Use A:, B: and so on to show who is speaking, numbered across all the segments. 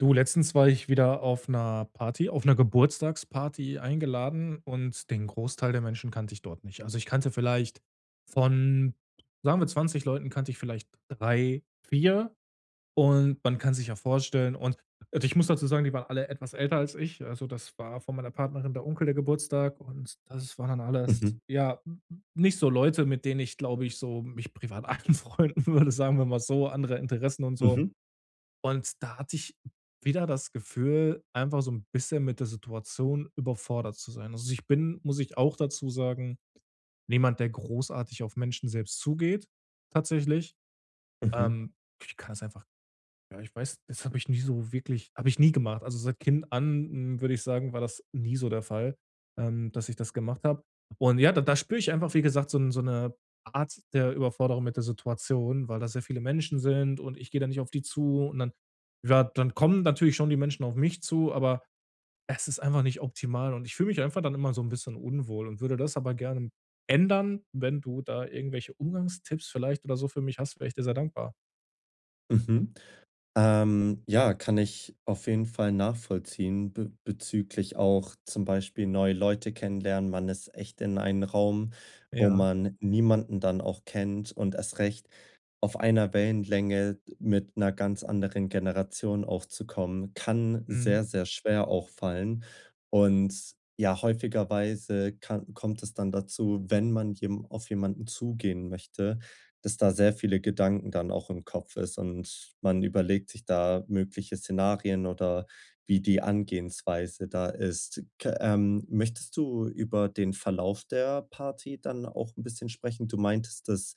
A: Du, letztens war ich wieder auf einer Party auf einer Geburtstagsparty eingeladen und den Großteil der Menschen kannte ich dort nicht. Also, ich kannte vielleicht von, sagen wir, 20 Leuten kannte ich vielleicht 3, 4 und man kann sich ja vorstellen und also, ich muss dazu sagen, die waren alle etwas älter als ich. Also, das war von meiner Partnerin der Onkel der Geburtstag und das waren dann alles,
B: Mhm.
A: ja, nicht so Leute, mit denen ich, glaube ich, so mich privat anfreunden würde, sagen wir mal so, andere Interessen und so.
B: Mhm.
A: Und da hatte ich wieder das Gefühl, einfach so ein bisschen mit der Situation überfordert zu sein. Also, ich bin, muss ich auch dazu sagen, niemand, der großartig auf Menschen selbst zugeht, tatsächlich.
B: Mhm.
A: Ähm, ich kann es einfach ja, ich weiß das habe ich nie so wirklich habe ich nie gemacht. Also, seit Kind an, würde ich sagen, war das nie so der Fall, dass ich das gemacht habe. Und ja, da spüre ich einfach, wie gesagt, so 'n so eine Art der Überforderung mit der Situation, weil da sehr viele Menschen sind und ich gehe da nicht auf die zu und dann ja, dann kommen natürlich schon die Menschen auf mich zu, aber es ist einfach nicht optimal und ich fühle mich einfach dann immer so ein bisschen unwohl und würde das aber gerne ändern. Wenn du da irgendwelche Umgangstipps vielleicht oder so für mich hast, wäre ich dir sehr dankbar.
B: Mhm. Ja, kann ich auf jeden Fall nachvollziehen, be bezüglich auch zum Beispiel neue Leute kennenlernen. Man ist echt in einen Raum, wo
A: Ja.
B: man niemanden dann auch kennt und erst recht auf einer Wellenlänge mit einer ganz anderen Generation auch zu kommen, kann
A: Mhm.
B: sehr, sehr schwer auch fallen. Und ja, häufigerweise kann kommt es dann dazu, wenn man jem auf jemanden zugehen möchte, dass da sehr viele Gedanken dann auch im Kopf ist und man überlegt sich da mögliche Szenarien oder wie die Angehensweise da ist. K Möchtest du über den Verlauf der Party dann auch ein bisschen sprechen? Du meintest, dass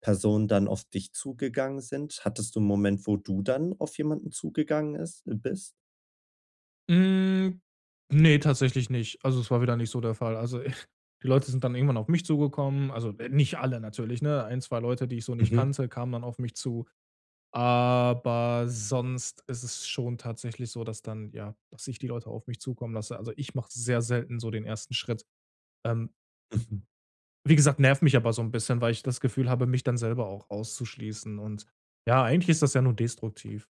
B: Personen dann auf dich zugegangen sind? Hattest du 'n Moment, wo du dann auf jemanden zugegangen ist bist?
A: Hm, ne, tatsächlich nicht. Also, es war wieder nicht so der Fall. Also, die Leute sind dann irgendwann auf mich zugekommen, also, nicht alle natürlich, ne? Ein 2 Leute, die ich so nicht
B: Mhm,
A: kannte, kamen dann auf mich zu. Aber sonst ist es schon tatsächlich so, dass dann ja, dass ich die Leute auf mich zukommen lasse. Also, ich mache sehr selten so den ersten Schritt. Ähm,
B: mhm.
A: wie gesagt, nervt mich aber so ein bisschen, weil ich das Gefühl habe, mich dann selber auch auszuschließen und ja, eigentlich ist das ja nur destruktiv.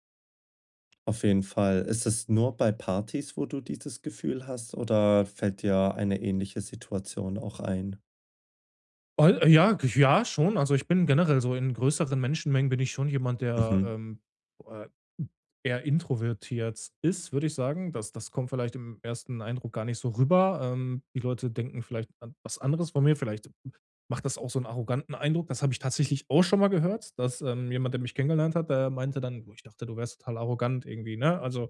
B: Auf jeden Fall. Ist es nur bei Partys, wo du dieses Gefühl hast, oder fällt dir eine ähnliche Situation auch ein?
A: Oh, ja, g ja, schon. Also, ich bin generell so in größeren Menschenmengen bin ich schon jemand, der,
B: Mhm,
A: äh, eher introvertiert ist, würde ich sagen. Das kommt vielleicht im ersten Eindruck gar nicht so rüber. Die Leute denken vielleicht an was anderes von mir. Vielleicht macht das auch so einen arroganten Eindruck. Das habe ich tatsächlich auch schon mal gehört, dass, jemand, der mich kennengelernt hat, der meinte dann: „Boah, ich dachte, du wärst total arrogant irgendwie“, ne? Also,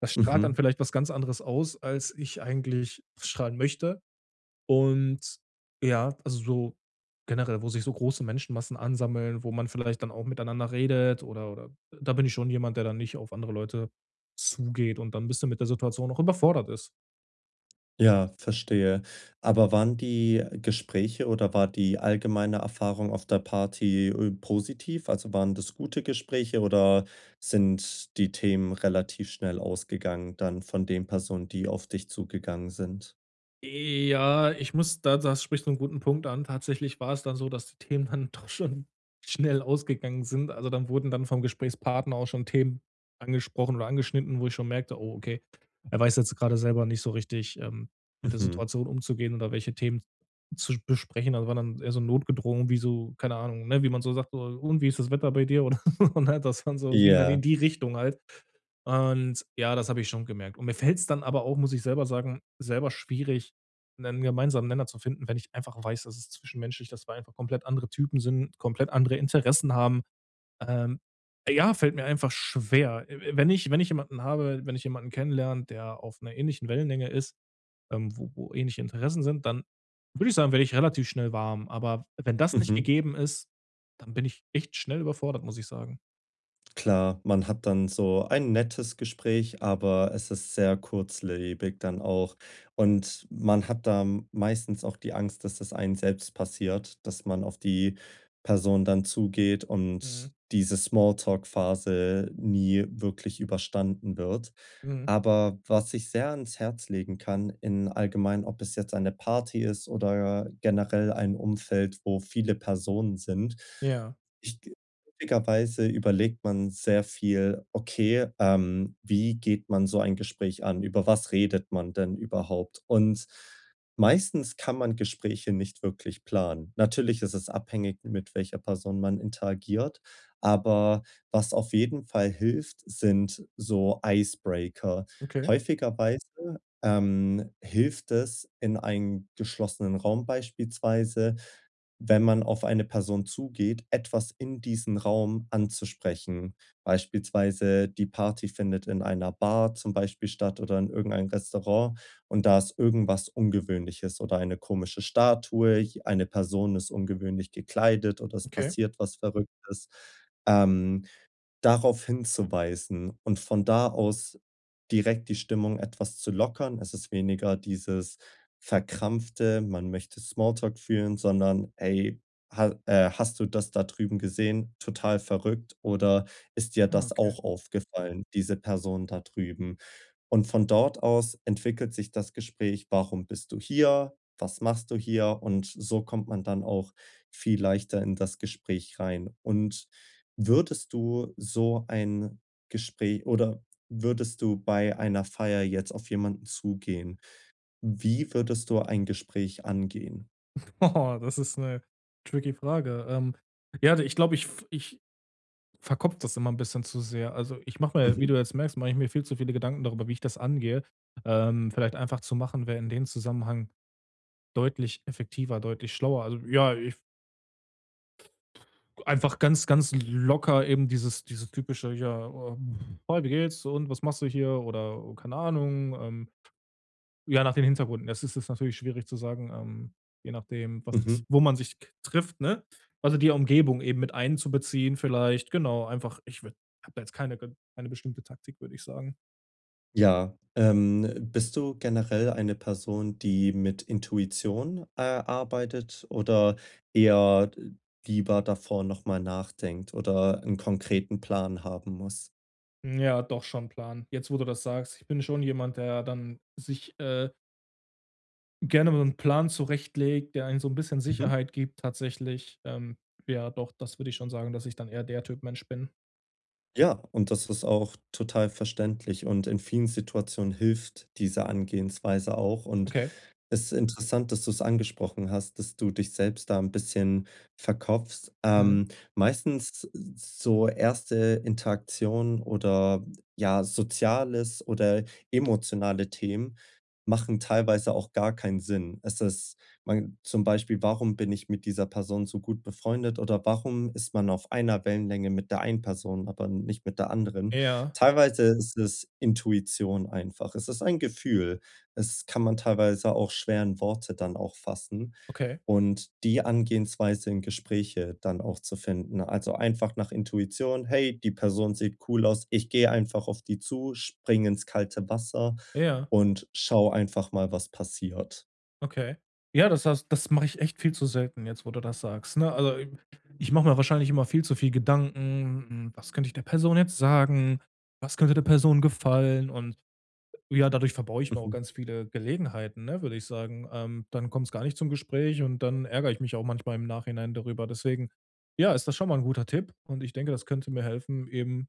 A: das strahlt dann
B: mhm.
A: vielleicht was ganz anderes aus, als ich eigentlich strahlen möchte. Und ja, also so generell, wo sich so große Menschenmassen ansammeln, wo man vielleicht dann auch miteinander redet oder da bin ich schon jemand, der dann nicht auf andere Leute zugeht und dann 'n bisschen mit der Situation auch überfordert ist.
B: Ja, verstehe. Aber waren die Gespräche oder war die allgemeine Erfahrung auf der Party positiv? Also, waren das gute Gespräche oder sind die Themen relativ schnell ausgegangen dann von den Personen, die auf dich zugegangen sind?
A: Ja, ich muss da das spricht so einen guten Punkt an. Tatsächlich war es dann so, dass die Themen dann doch schon schnell ausgegangen sind. Also, dann wurden dann vom Gesprächspartner auch schon Themen angesprochen oder angeschnitten, wo ich schon merkte: „Oh, okay, er weiß jetzt gerade selber nicht so richtig, mit der
B: Mhm.
A: Situation umzugehen oder welche Themen zu besprechen.“ Das war dann eher so notgedrungen, wie so keine Ahnung, ne, wie man so sagt: „So, und wie ist das Wetter bei dir?“ Oder so, ne? Das dann so ging dann in
B: Ja.
A: die Richtung halt. Und ja, das habe ich schon gemerkt. Und mir fällt es dann aber auch, muss ich selber sagen, selber schwierig einen gemeinsamen Nenner zu finden, wenn ich einfach weiß, dass es zwischenmenschlich dass wir einfach komplett andere Typen sind, komplett andere Interessen haben. Ähm, ja, fällt mir einfach schwer. Wenn ich wenn ich jemanden habe wenn ich jemanden kennenlerne, der auf einer ähnlichen Wellenlänge ist, wo ähnliche Interessen sind, dann würde ich sagen, werde ich relativ schnell warm. Aber wenn das nicht
B: Mhm.
A: gegeben ist, dann bin ich echt schnell überfordert, muss ich sagen.
B: Klar, man hat dann so ein nettes Gespräch, aber es ist sehr kurzlebig dann auch. Und man hat da meistens auch die Angst, dass es einem selbst passiert, dass man auf die Person dann zugeht
A: Mhm,
B: und diese Smalltalk-Phase nie wirklich überstanden wird.
A: mhm.
B: Aber was ich sehr ans Herz legen kann, in allgemein, ob es jetzt eine Party ist oder generell ein Umfeld, wo viele Personen sind,
A: Ja,
B: ich häufigerweise überlegt man sehr viel: „Okay, wie geht man so ein Gespräch an? Über was redet man denn überhaupt?“ Und meistens kann man Gespräche nicht wirklich planen. Natürlich ist es abhängig, mit welcher Person man interagiert, aber was auf jeden Fall hilft, sind so Icebreaker.
A: okay,
B: Häufigerweise hilft es in einem geschlossenen Raum beispielsweise, wenn man auf eine Person zugeht, etwas in diesen Raum anzusprechen. Beispielsweise die Party findet in einer Bar zum Beispiel statt oder in irgendeinem Restaurant und da ist irgendwas Ungewöhnliches oder eine komische Statue, eine Person ist ungewöhnlich gekleidet oder es
A: okay.
B: passiert was Verrücktes. Ähm, Darauf hinzuweisen und von da aus direkt die Stimmung etwas zu lockern. Es ist weniger dieses verkrampfte, man möchte Smalltalk führen, sondern: „Hey, ha hast du das da drüben gesehen? Total verrückt.“ Oder: „Ist dir
A: Ah,
B: das
A: okay.
B: auch aufgefallen, diese Person da drüben?“ Und von dort aus entwickelt sich das Gespräch: „Warum bist du hier? Was machst du hier?“ Und so kommt man dann auch viel leichter in das Gespräch rein. Und würdest du so ein Gespräch oder würdest du bei einer Feier jetzt auf jemanden zugehen? Wie würdest du ein Gespräch angehen?
A: Oh, das ist eine tricky Frage. Ja, ich glaube, ich verkopft das immer ein bisschen zu sehr. Also, ich mache mir wie
B: Mhm,
A: du jetzt merkst, mache ich mir viel zu viele Gedanken darüber, wie ich das angehe. Vielleicht einfach zu machen, wäre in dem Zusammenhang deutlich effektiver, deutlich schlauer. Also, ja, ich einfach ganz, ganz locker eben dieses typische: „Ja, oh, hi, wie geht's und was machst du hier?“ Oder, oh, keine Ahnung, ja, nach den Hintergründen. Das ist es natürlich schwierig zu sagen, je nachdem, was das
B: mhm.
A: wo man sich k trifft, ne? Also, die Umgebung eben mit einzubeziehen vielleicht, genau, einfach ich würde habe da jetzt keine bestimmte Taktik, würde ich sagen.
B: Ja, bist du generell eine Person, die mit Intuition arbeitet oder eher lieber davor noch mal nachdenkt oder 'n konkreten Plan haben muss?
A: Ja, doch schon Plan. Jetzt, wo du das sagst, ich bin schon jemand, der dann sich, gerne mal 'n Plan zurechtlegt, der einen so ein bisschen
B: Mhm.
A: Sicherheit gibt tatsächlich. Ja, doch, das würde ich schon sagen, dass ich dann eher der Typ Mensch bin.
B: Ja, und das ist auch total verständlich und in vielen Situationen hilft diese Angehensweise auch. Und
A: Okay.
B: es ist interessant, dass du es angesprochen hast, dass du dich selbst da ein bisschen verkopfst.
A: Mhm.
B: Meistens so erste Interaktionen oder, ja, soziales oder emotionale Themen machen teilweise auch gar keinen Sinn. Es ist, man zum Beispiel: „Warum bin ich mit dieser Person so gut befreundet?“ oder „Warum ist man auf einer Wellenlänge mit der einen Person, aber nicht mit der anderen?“
A: Ja,
B: Teilweise ist es Intuition einfach. Es ist ein Gefühl. Es kann man teilweise auch schwer in Worte dann auch fassen
A: okay.
B: und die Angehensweise in Gespräche dann auch zu finden. Also, einfach nach Intuition: „Hey, die Person sieht cool aus. Ich gehe einfach auf die zu, spring ins kalte Wasser
A: Ja.
B: und schau einfach mal, was passiert.“
A: Okay. Ja, das hast das mache ich echt viel zu selten jetzt, wo du das sagst, ne? Also, i ich mache mir wahrscheinlich immer viel zu viel Gedanken: „Hm, was könnte ich der Person jetzt sagen? Was könnte der Person gefallen?“ Und ja, dadurch verbaue ich mir auch
B: Mhm.
A: ganz viele Gelegenheiten, ne, würde ich sagen. Dann kommt es gar nicht zum Gespräch und dann ärgere ich mich auch manchmal im Nachhinein darüber. Deswegen, ja, ist das schon mal ein guter Tipp und ich denke, das könnte mir helfen, eben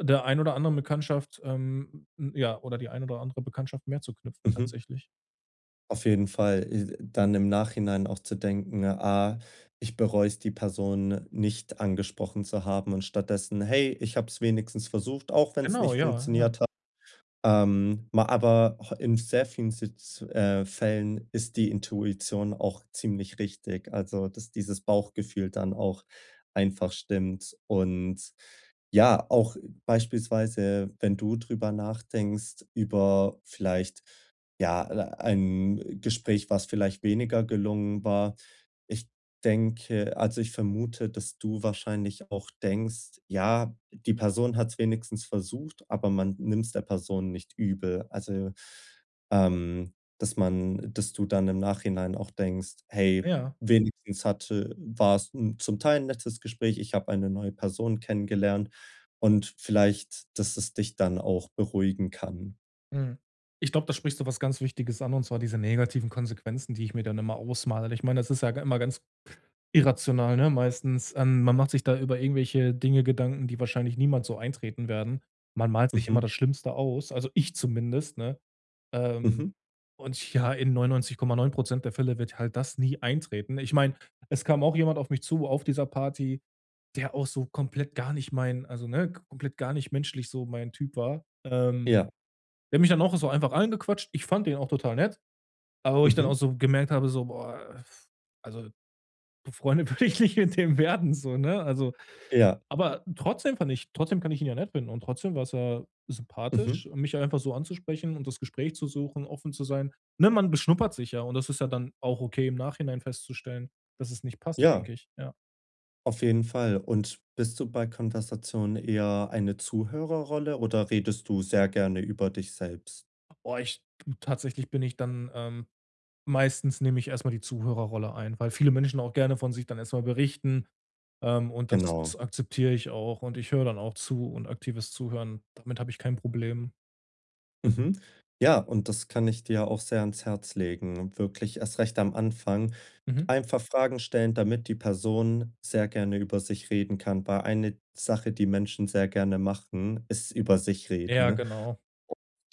A: der ein oder anderen Bekanntschaft, ja, oder die ein oder andere Bekanntschaft mehr zu knüpfen
B: Mhm. Mhm.
A: tatsächlich.
B: Auf jeden Fall dann im Nachhinein auch zu denken: „Ah, ich bereue es, die Person nicht angesprochen zu haben“ und stattdessen: „Hey, ich habe es wenigstens versucht, auch wenn es
A: Genau,
B: nicht
A: ja, ja,
B: funktioniert hat.“ ma Aber ho in sehr vielen Sitz Fällen ist die Intuition auch ziemlich richtig. Also, dass dieses Bauchgefühl dann auch einfach stimmt und ja, auch beispielsweise, wenn du drüber nachdenkst, über vielleicht, ja ein Gespräch, was vielleicht weniger gelungen war. Ich Denke, also ich vermute, dass du wahrscheinlich auch denkst: „Ja, die Person hat es wenigstens versucht, aber man nimmt's der Person nicht übel.“ Also, ähm, dass du dann im Nachhinein auch denkst: „Hey,
A: ja.
B: wenigstens hatte war es 'n zum Teil ein nettes Gespräch. Ich habe eine neue Person kennengelernt.“ Und vielleicht, dass es dich dann auch beruhigen kann.
A: Mhm. Ich glaube, da sprichst du was ganz Wichtiges an, und zwar diese negativen Konsequenzen, die ich mir dann immer ausmale. Ich meine, das ist ja immer ganz irrational, ne, meistens. Man macht sich da über irgendwelche Dinge Gedanken, die wahrscheinlich niemals so eintreten werden. Man malt sich immer
B: Mhm,
A: das Schlimmste aus, also ich zumindest, ne? Ähm,
B: mhm,
A: und ja, in 99,9% der Fälle wird halt das nie eintreten. Ich meine, es kam auch jemand auf mich zu auf dieser Party, der auch so komplett gar nicht mein also, ne, komplett gar nicht menschlich so mein Typ war.
B: ja,
A: Der hat mich dann auch so einfach angequatscht. Ich fand den auch total nett, aber wo ich dann auch
B: mhm,
A: so gemerkt habe, so, boah, also Freunde würde ich nicht mit dem werden, so, ne? Also,
B: ja,
A: aber trotzdem fand ich trotzdem kann ich ihn ja nett finden und trotzdem war es ja
B: mhm,
A: sympathisch, mich einfach so anzusprechen und das Gespräch zu suchen, offen zu sein. Ne, man beschnuppert sich ja und das ist ja dann auch okay, im Nachhinein festzustellen, dass es nicht passt,
B: ja,
A: denke ich, ja.
B: auf jeden Fall. Und bist du bei Konversationen eher eine Zuhörerrolle oder redest du sehr gerne über dich selbst?
A: Boah, ich tatsächlich bin ich dann, meistens nehme ich erstmal die Zuhörerrolle ein, weil viele Menschen auch gerne von sich dann erstmal berichten, und das
B: Genau.
A: akzeptiere ich auch und ich höre dann auch zu und aktives Zuhören, damit habe ich kein Problem.
B: Mhm. Ja, und das kann ich dir auch sehr ans Herz legen, wirklich erst recht am Anfang.
A: Mhm.
B: Einfach Fragen stellen, damit die Person sehr gerne über sich reden kann, weil eine Sache, die Menschen sehr gerne machen, ist über sich
A: Ja,
B: reden,
A: genau.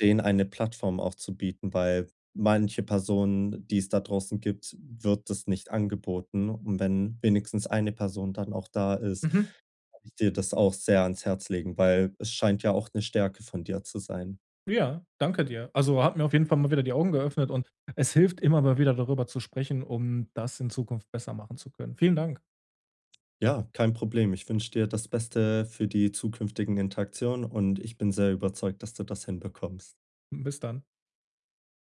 B: denen eine Plattform auch zu bieten, weil manche Personen, die es da draußen gibt, wird das nicht angeboten. Und wenn wenigstens eine Person dann auch da ist,
A: Mhm.
B: kann ich dir das auch sehr ans Herz legen, weil es scheint ja auch eine Stärke von dir zu sein.
A: Ja, danke dir. Also, hat mir auf jeden Fall mal wieder die Augen geöffnet und es hilft immer mal wieder darüber zu sprechen, um das in Zukunft besser machen zu können. Vielen Dank.
B: Ja, kein Problem. Ich wünsche dir das Beste für die zukünftigen Interaktionen und ich bin sehr überzeugt, dass du das hinbekommst.
A: Bis dann.